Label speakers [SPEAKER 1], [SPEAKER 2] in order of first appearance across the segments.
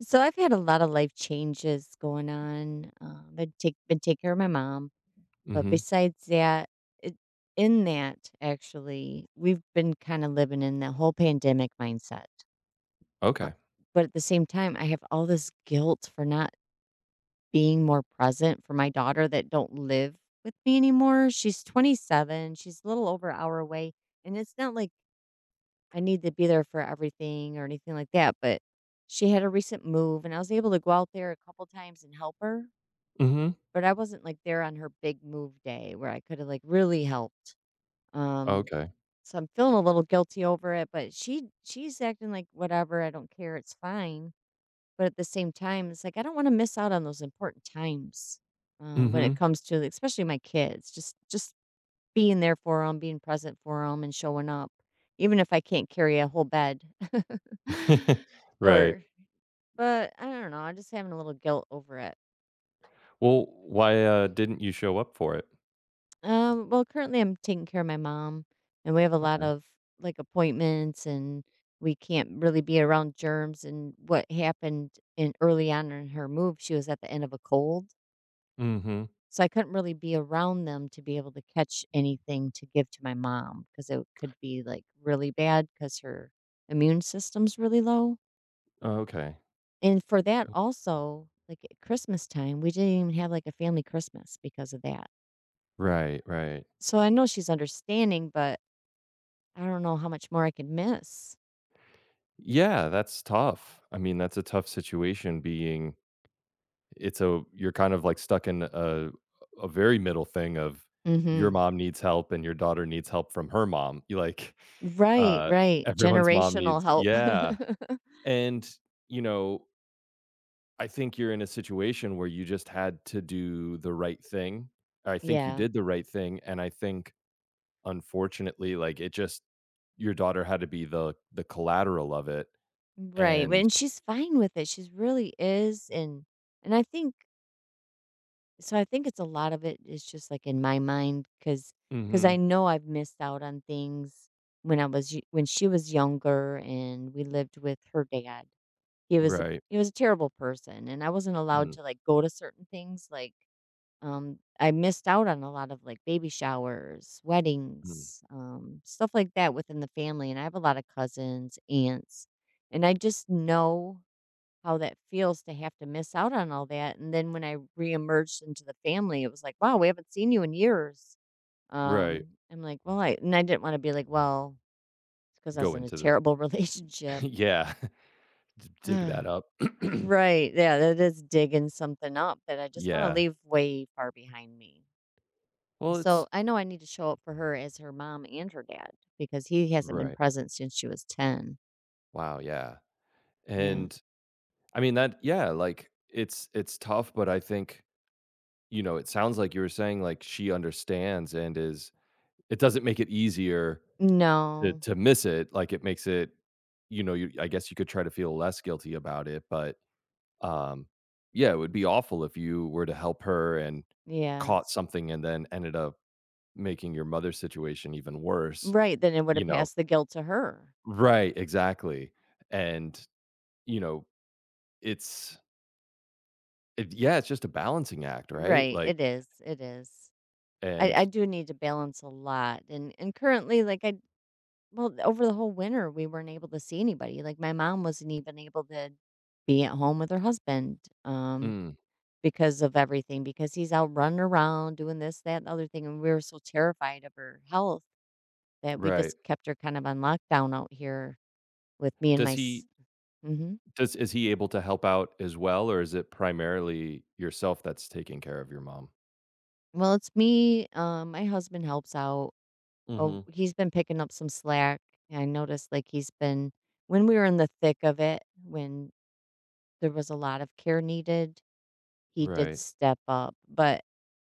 [SPEAKER 1] So I've had a lot of life changes going on. I've been taking care of my mom, but
[SPEAKER 2] Mhm.
[SPEAKER 1] besides that, it, in that actually, we've been kind of living in the whole pandemic mindset. Uh,
[SPEAKER 2] Okay.
[SPEAKER 1] but at the same time, I have all this guilt for not being more present for my daughter that don't live with me anymore. She's 27. She's a little over an hour away, and it's not like I need to be there for everything or anything like that, but she had a recent move and I was able to go out there a couple times and help her,
[SPEAKER 2] Mhm.
[SPEAKER 1] but I wasn't like there on her big move day where I could have like really helped. Um
[SPEAKER 2] Okay.
[SPEAKER 1] so I'm feeling a little guilty over it, but she's acting like whatever, I don't care, it's fine. But at the same time, it's like I don't want to miss out on those important times when it
[SPEAKER 2] Mhm.
[SPEAKER 1] comes to like, especially my kids. Just being there for them, being present for them, and showing up, even if I can't carry a whole bed.
[SPEAKER 2] Right.
[SPEAKER 1] Or but I don't know, I'm just having a little guilt over it.
[SPEAKER 2] Well, why didn't you show up for it?
[SPEAKER 1] Well, currently, I'm taking care of my mom, and we have a lot of, like, appointments, and we can't really be around germs, and what happened in early on in her move, she was at the end of a cold.
[SPEAKER 2] Mhm.
[SPEAKER 1] So I couldn't really be around them to be able to catch anything to give to my mom because it could be, like, really bad because her immune system's really low,
[SPEAKER 2] Okay.
[SPEAKER 1] and for that also, like, at Christmas time, we didn't even have, like, a family Christmas because of that.
[SPEAKER 2] Right, right.
[SPEAKER 1] So I know she's understanding, but I don't know how much more I could miss.
[SPEAKER 2] Yeah, that's tough. I mean, that's a tough situation being it's a you're kind of, like, stuck in a very middle thing of your
[SPEAKER 1] Mhm.
[SPEAKER 2] mom needs help and your daughter needs help from her mom. You like,
[SPEAKER 1] Right,
[SPEAKER 2] uh,
[SPEAKER 1] right,
[SPEAKER 2] everyone's mom
[SPEAKER 1] generational
[SPEAKER 2] needs.
[SPEAKER 1] help.
[SPEAKER 2] Yeah, and, you know I think you're in a situation where you just had to do the right thing. I think you
[SPEAKER 1] Yeah,
[SPEAKER 2] did the right thing, and I think unfortunately, like it just your daughter had to be the collateral of it,
[SPEAKER 1] right, but
[SPEAKER 2] and
[SPEAKER 1] and she's fine with it, she's really is, and I think So I think it's a lot of it is just like in my mind cuz I
[SPEAKER 2] Mhm.
[SPEAKER 1] know I've missed out on things when she was younger and we lived with her dad. He was a
[SPEAKER 2] Right.
[SPEAKER 1] he was a terrible person and I wasn't allowed
[SPEAKER 2] Mm,
[SPEAKER 1] to like go to certain things like I missed out on a lot of like baby showers,
[SPEAKER 2] mm.
[SPEAKER 1] weddings, stuff like that within the family and I have a lot of cousins, aunts and I just know how that feels to have to miss out on all that, and then when I reemerged into the family, it was like, "Wow, we haven't seen you in years."
[SPEAKER 2] Right.
[SPEAKER 1] I'm like, "Well," I didn't wanna be like, "Well, it's because I was
[SPEAKER 2] Go
[SPEAKER 1] in a
[SPEAKER 2] into the
[SPEAKER 1] terrible relationship."
[SPEAKER 2] Yeah. dig that up.
[SPEAKER 1] Right, yeah, that is digging something up that I just wanna
[SPEAKER 2] Yeah.
[SPEAKER 1] leave way far behind me.
[SPEAKER 2] Well,
[SPEAKER 1] So,
[SPEAKER 2] it's
[SPEAKER 1] I know I need to show up for her as her mom and her dad because he hasn't been
[SPEAKER 2] Right.
[SPEAKER 1] present since she was 10.
[SPEAKER 2] Wow, yeah.
[SPEAKER 1] Yeah.
[SPEAKER 2] And I mean that, yeah, like it's tough, but I think, it sounds like you were saying like she understands and is. It doesn't make it easier to
[SPEAKER 1] No.
[SPEAKER 2] to miss it, like, it makes it you I guess you could try to feel less guilty about it, but, um, yeah, it would be awful if you were to help her and
[SPEAKER 1] Yeah.
[SPEAKER 2] caught something and then ended up making your mother's situation even worse,
[SPEAKER 1] Right, then it would
[SPEAKER 2] you
[SPEAKER 1] have
[SPEAKER 2] know
[SPEAKER 1] passed the guilt to her.
[SPEAKER 2] Right, exactly, and, you know, it's it yeah, it's just a balancing act, right?
[SPEAKER 1] Right,
[SPEAKER 2] Like,
[SPEAKER 1] it is, it is. I
[SPEAKER 2] and
[SPEAKER 1] do need to balance a lot, and currently, like, I well, over the whole winter, we weren't able to see anybody, like, my mom wasn't even able to be at home with her husband, um,
[SPEAKER 2] Mm,
[SPEAKER 1] because of everything, because he's out running around doing this, that, and the other thing, and we were so terrified of her health that we just
[SPEAKER 2] right.
[SPEAKER 1] kept her kind of on lockdown out here with me and my
[SPEAKER 2] Does
[SPEAKER 1] s
[SPEAKER 2] he
[SPEAKER 1] Mhm.
[SPEAKER 2] Does is he able to help out as well, or is it primarily yourself that's taking care of your mom?
[SPEAKER 1] Well, it's me, my husband helps out. Oh,
[SPEAKER 2] Mhm.
[SPEAKER 1] he's been picking up some slack. I noticed like he's been when we were in the thick of it, when there was a lot of care needed, he did
[SPEAKER 2] Right.
[SPEAKER 1] step up, but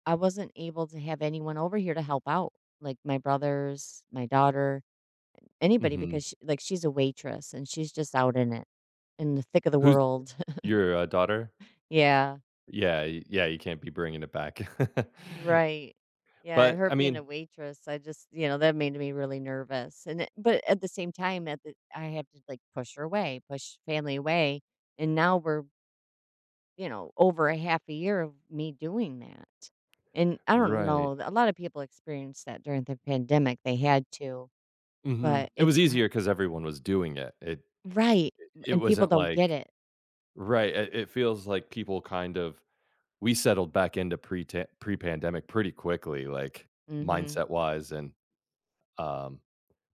[SPEAKER 1] I wasn't able to have anyone over here to help out, like my brothers, my daughter, anybody
[SPEAKER 2] Mhm.
[SPEAKER 1] because she, like she's a waitress and she's just out in it in the thick of the
[SPEAKER 2] Who's
[SPEAKER 1] world.
[SPEAKER 2] your, uh, daughter?
[SPEAKER 1] Yeah.
[SPEAKER 2] Yeah, y yeah, you can't be bringing it back.
[SPEAKER 1] Right. Yeah,
[SPEAKER 2] But,
[SPEAKER 1] her
[SPEAKER 2] I
[SPEAKER 1] being a
[SPEAKER 2] mean.
[SPEAKER 1] waitress, I just, you know, that made me really nervous. But at the same time, I had to like push her away, push family away, and now we're, you know, over a half a year of me doing that. And I don't know,
[SPEAKER 2] Right.
[SPEAKER 1] a lot of people experienced that during the pandemic. They had to,
[SPEAKER 2] Mhm.
[SPEAKER 1] but
[SPEAKER 2] It
[SPEAKER 1] it's
[SPEAKER 2] was
[SPEAKER 1] har-
[SPEAKER 2] easier because everyone was doing it. It
[SPEAKER 1] right,
[SPEAKER 2] it
[SPEAKER 1] and people
[SPEAKER 2] wasn't
[SPEAKER 1] don't get
[SPEAKER 2] like.
[SPEAKER 1] it.
[SPEAKER 2] Right, it feels like people kind of we settled back into pre-pandemic pretty quickly, like,
[SPEAKER 1] Mhm.
[SPEAKER 2] mindset-wise and, um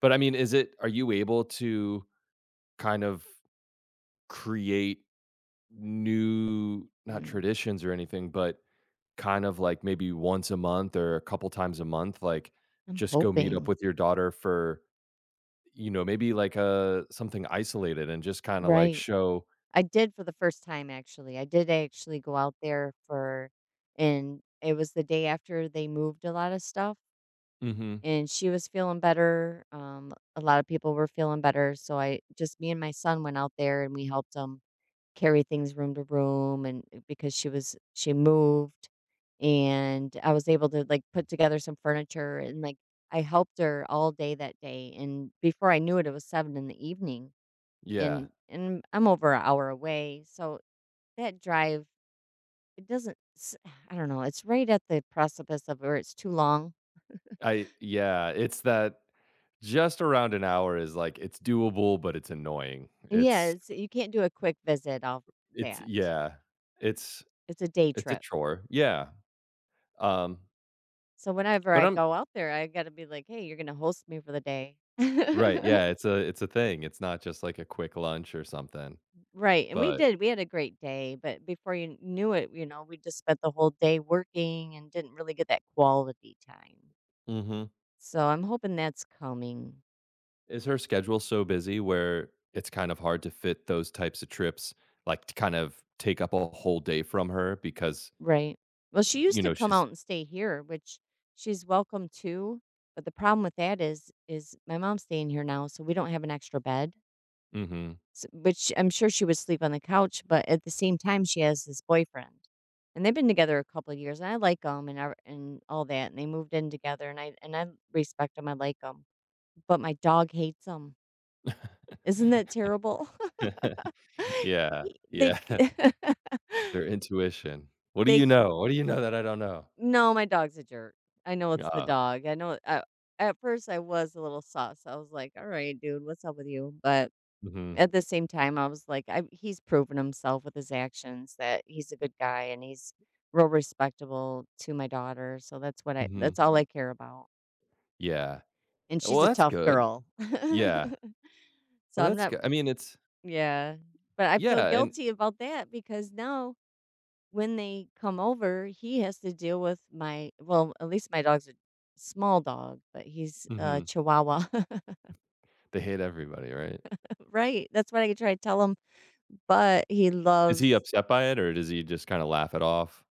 [SPEAKER 2] but, I mean, is it are you able to kind of create new not
[SPEAKER 1] Mm.
[SPEAKER 2] traditions or anything, but kind of like maybe once a month or a couple times a month, like
[SPEAKER 1] I'm
[SPEAKER 2] just go meet up
[SPEAKER 1] hoping.
[SPEAKER 2] with your daughter for, maybe like a something isolated and just kind of like
[SPEAKER 1] Right.
[SPEAKER 2] show.
[SPEAKER 1] I did for the first time, actually. I did actually go out there for and it was the day after they moved a lot of stuff,
[SPEAKER 2] Hmm.
[SPEAKER 1] and she was feeling better, a lot of people were feeling better, so I just me and my son went out there, and we helped them carry things room to room, and because she moved, and I was able to, like, put together some furniture, and, like, I helped her all day that day, and before I knew it, it was 7 in the evening,
[SPEAKER 2] Yeah.
[SPEAKER 1] and I'm over an hour away, so that drive, it doesn't s I don't know, it's right at the precipice of where it's too long.
[SPEAKER 2] I yeah, it's that just around an hour is like it's doable, but it's annoying.
[SPEAKER 1] Yeah,
[SPEAKER 2] It's
[SPEAKER 1] it's you can't do a quick visit off
[SPEAKER 2] it's
[SPEAKER 1] that.
[SPEAKER 2] yeah. It's
[SPEAKER 1] It's a day
[SPEAKER 2] it's a
[SPEAKER 1] trip.
[SPEAKER 2] chore. Yeah. Um,
[SPEAKER 1] So whenever
[SPEAKER 2] but
[SPEAKER 1] I
[SPEAKER 2] I'm.
[SPEAKER 1] go out there, I gotta be like, "Hey, you're gonna host me for the day."
[SPEAKER 2] Right, yeah, it's a thing, it's not just like a quick lunch or something,
[SPEAKER 1] Right, and we
[SPEAKER 2] but
[SPEAKER 1] did, we had a great day, but before you knew it, you know, we just spent the whole day working and didn't really get that quality time.
[SPEAKER 2] mhm.
[SPEAKER 1] So I'm hoping that's coming.
[SPEAKER 2] Is her schedule so busy where it's kind of hard to fit those types of trips, like, to kind of take up a whole day from her because,
[SPEAKER 1] Right. Well, she used to come
[SPEAKER 2] she's.
[SPEAKER 1] out and stay here, which she's welcome to, but the problem with that is my mom's staying here now, so we don't have an extra bed,
[SPEAKER 2] Mhm.
[SPEAKER 1] s which I'm sure she would sleep on the couch, but at the same time, she has this boyfriend, and they've been together a couple of years, and I like them, and ever and all that, and they moved in together, and I respect them. I like them, but my dog hates them. Isn't that terrible?
[SPEAKER 2] Yeah,
[SPEAKER 1] He they
[SPEAKER 2] yeah,
[SPEAKER 1] c
[SPEAKER 2] their intuition. What do you
[SPEAKER 1] they
[SPEAKER 2] know? What do you know that I don't know?
[SPEAKER 1] No, my dog's a jerk. I know it's the
[SPEAKER 2] Uh,
[SPEAKER 1] dog. I know a at first I was a little sus. I was like, "All right, dude, what's up with you?" But
[SPEAKER 2] mhm,
[SPEAKER 1] at the same time, I was like, I he's proven himself with his actions that he's a good guy and he's real respectable to my daughter. So
[SPEAKER 2] mhm,
[SPEAKER 1] that's all I care about.
[SPEAKER 2] yeah.
[SPEAKER 1] And she's
[SPEAKER 2] Well,
[SPEAKER 1] a
[SPEAKER 2] that's
[SPEAKER 1] tough
[SPEAKER 2] good.
[SPEAKER 1] girl.
[SPEAKER 2] Yeah,
[SPEAKER 1] So
[SPEAKER 2] well,
[SPEAKER 1] I'm
[SPEAKER 2] that's
[SPEAKER 1] not
[SPEAKER 2] good. I mean, it's
[SPEAKER 1] Yeah. But I feel
[SPEAKER 2] yeah, and
[SPEAKER 1] guilty about that because now when they come over, he has to deal with my well, at least my dog's a small dog, but he's a
[SPEAKER 2] mhm.
[SPEAKER 1] chihuahua.
[SPEAKER 2] They hate everybody, right?
[SPEAKER 1] Right. That's what I try to tell him. But he
[SPEAKER 2] Is he
[SPEAKER 1] loves
[SPEAKER 2] upset by it, or does he just kinda laugh it off?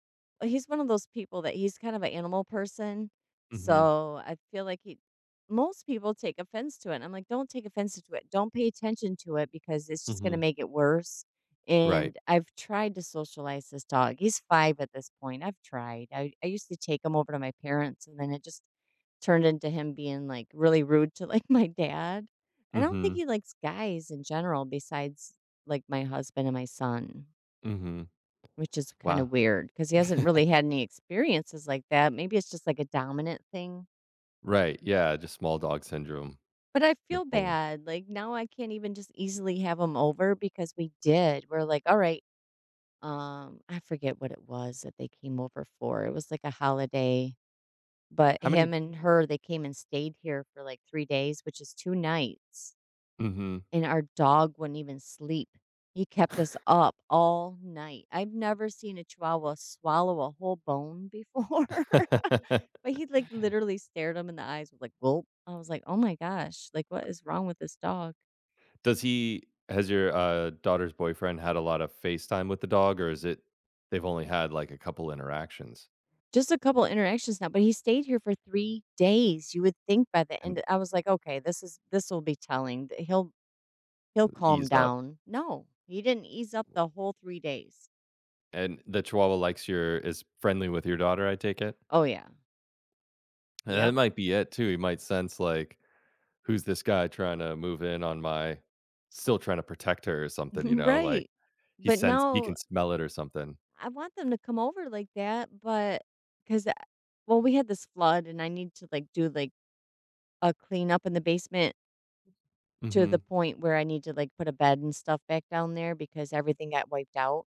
[SPEAKER 1] He's one of those people that he's kind of an animal person.
[SPEAKER 2] Mhm,
[SPEAKER 1] So I feel like he most people take offense to it. And I'm like, don't take offense to it. Don't pay attention to it because it's just gonna
[SPEAKER 2] mhm,
[SPEAKER 1] make it worse.
[SPEAKER 2] right.
[SPEAKER 1] And I've tried to socialize this dog. He's 5 at this point. I've tried. I used to take him over to my parents and then it just turned into him being, like, really rude to, like, my dad. I don't think
[SPEAKER 2] Mhm,
[SPEAKER 1] he likes guys in general besides, like, my husband and my son,
[SPEAKER 2] mhm.
[SPEAKER 1] which is kinda
[SPEAKER 2] Wow.
[SPEAKER 1] weird because he hasn't really had any experiences like that. Maybe it's just, like, a dominant thing,
[SPEAKER 2] Right, yeah, just small dog syndrome,
[SPEAKER 1] but I feel
[SPEAKER 2] Napoleon.
[SPEAKER 1] bad, like, now I can't even just easily have him over because we did. We're like, "All right" I forget what it was that they came over for. It was, like, a holiday, but
[SPEAKER 2] How many.
[SPEAKER 1] him and her, they came and stayed here for, like, 3 days, which is 2 nights.
[SPEAKER 2] Mhm.
[SPEAKER 1] And our dog wouldn't even sleep. He kept us up all night. I've never seen a chihuahua swallow a whole bone before, but he like literally stared him in the eyes with like gulp. I was like, oh my gosh, like what is wrong with this dog?
[SPEAKER 2] Does he Has your daughter's boyfriend had a lot of FaceTime with the dog, or is it they've only had, like, a couple interactions
[SPEAKER 1] Just a couple interactions now, but he stayed here for 3 days. You would think by the
[SPEAKER 2] and
[SPEAKER 1] end, I was like, okay, this will be telling. That He'll he'll calm
[SPEAKER 2] ease up?
[SPEAKER 1] down. No, he didn't ease up the whole 3 days.
[SPEAKER 2] And the Chihuahua likes your is friendly with your daughter, I take it?
[SPEAKER 1] Oh yeah,
[SPEAKER 2] And that
[SPEAKER 1] yep,
[SPEAKER 2] might be it too, he might sense, like who's this guy trying to move in on my still trying to protect her or something, you know? Like
[SPEAKER 1] right. But
[SPEAKER 2] he
[SPEAKER 1] now
[SPEAKER 2] can smell it or something.
[SPEAKER 1] I want them to come over like that, but because we had this flood, and I need to, like, do, like, a cleanup in the basement to
[SPEAKER 2] Hmm.
[SPEAKER 1] the point where I need to, like, put a bed and stuff back down there because everything got wiped out,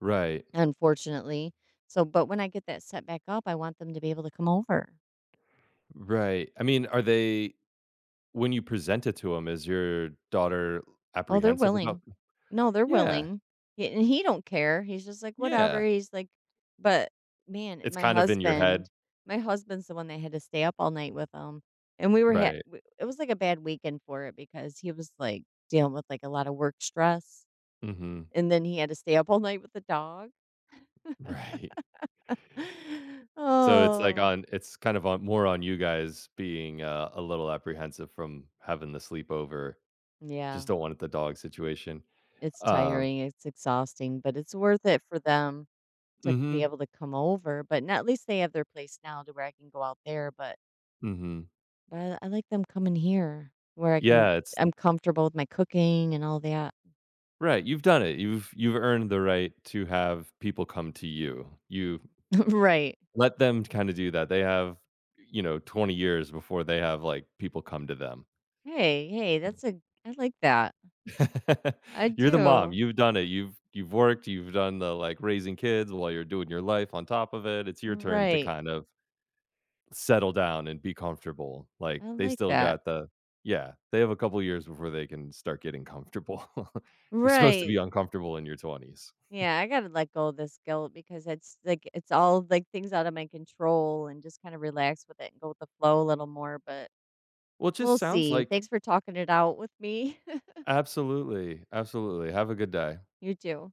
[SPEAKER 2] Right.
[SPEAKER 1] unfortunately. So but when I get that set back up, I want them to be able to come over.
[SPEAKER 2] Right. I mean, are they when you present it to him, is your daughter
[SPEAKER 1] Oh, they're
[SPEAKER 2] apprehensive about.
[SPEAKER 1] willing. No, they're
[SPEAKER 2] Yeah.
[SPEAKER 1] willing. He and he don't care. He's just like, "Whatever."
[SPEAKER 2] Yeah.
[SPEAKER 1] He's like, but man,
[SPEAKER 2] It's kind of in your head.
[SPEAKER 1] my husband's the one that had to stay up all night with him, and we were ha
[SPEAKER 2] Right.
[SPEAKER 1] w it was like a bad weekend for it because he was, like, dealing with, like, a lot of work stress,
[SPEAKER 2] Hmm.
[SPEAKER 1] and then he had to stay up all night with the dog.
[SPEAKER 2] Right. So it's like
[SPEAKER 1] Oh,
[SPEAKER 2] on it's kind of on more on you guys being a little apprehensive from having the sleepover.
[SPEAKER 1] yeah.
[SPEAKER 2] Just don't want it the dog situation.
[SPEAKER 1] It's
[SPEAKER 2] Um,
[SPEAKER 1] tiring, it's exhausting, but it's worth it for them to be
[SPEAKER 2] hmm
[SPEAKER 1] able to come over, but now at least they have their place now to where I can go out there, but
[SPEAKER 2] hmm.
[SPEAKER 1] But I like them coming here where
[SPEAKER 2] Yeah, it's
[SPEAKER 1] I'm comfortable with my cooking and all that.
[SPEAKER 2] right, you've done it. You've earned the right to have people come to you. You
[SPEAKER 1] Right.
[SPEAKER 2] let them kinda do that. They have, 20 years before they have, like, people come to them.
[SPEAKER 1] Hey, hey, that's a I like that. I
[SPEAKER 2] You're the mom,
[SPEAKER 1] do.
[SPEAKER 2] you've done it. You've worked, you've done the, like, raising kids while you're doing your life on top of it. It's your turn to
[SPEAKER 1] Right.
[SPEAKER 2] kind of settle down and be comfortable. Like,
[SPEAKER 1] I
[SPEAKER 2] they
[SPEAKER 1] like
[SPEAKER 2] still
[SPEAKER 1] that.
[SPEAKER 2] got the yeah, they have a couple years before they can start getting comfortable. You're supposed to be
[SPEAKER 1] Right.
[SPEAKER 2] uncomfortable in your 20s.
[SPEAKER 1] Yeah, I gotta let go of this guilt because it's like it's all like things out of my control and just kind of relax with it and go with the flow a little more. But
[SPEAKER 2] Well, it
[SPEAKER 1] we'll
[SPEAKER 2] just sounds
[SPEAKER 1] see.
[SPEAKER 2] like.
[SPEAKER 1] Thanks for talking it out with me.
[SPEAKER 2] Absolutely, absolutely. Have a good day.
[SPEAKER 1] You too.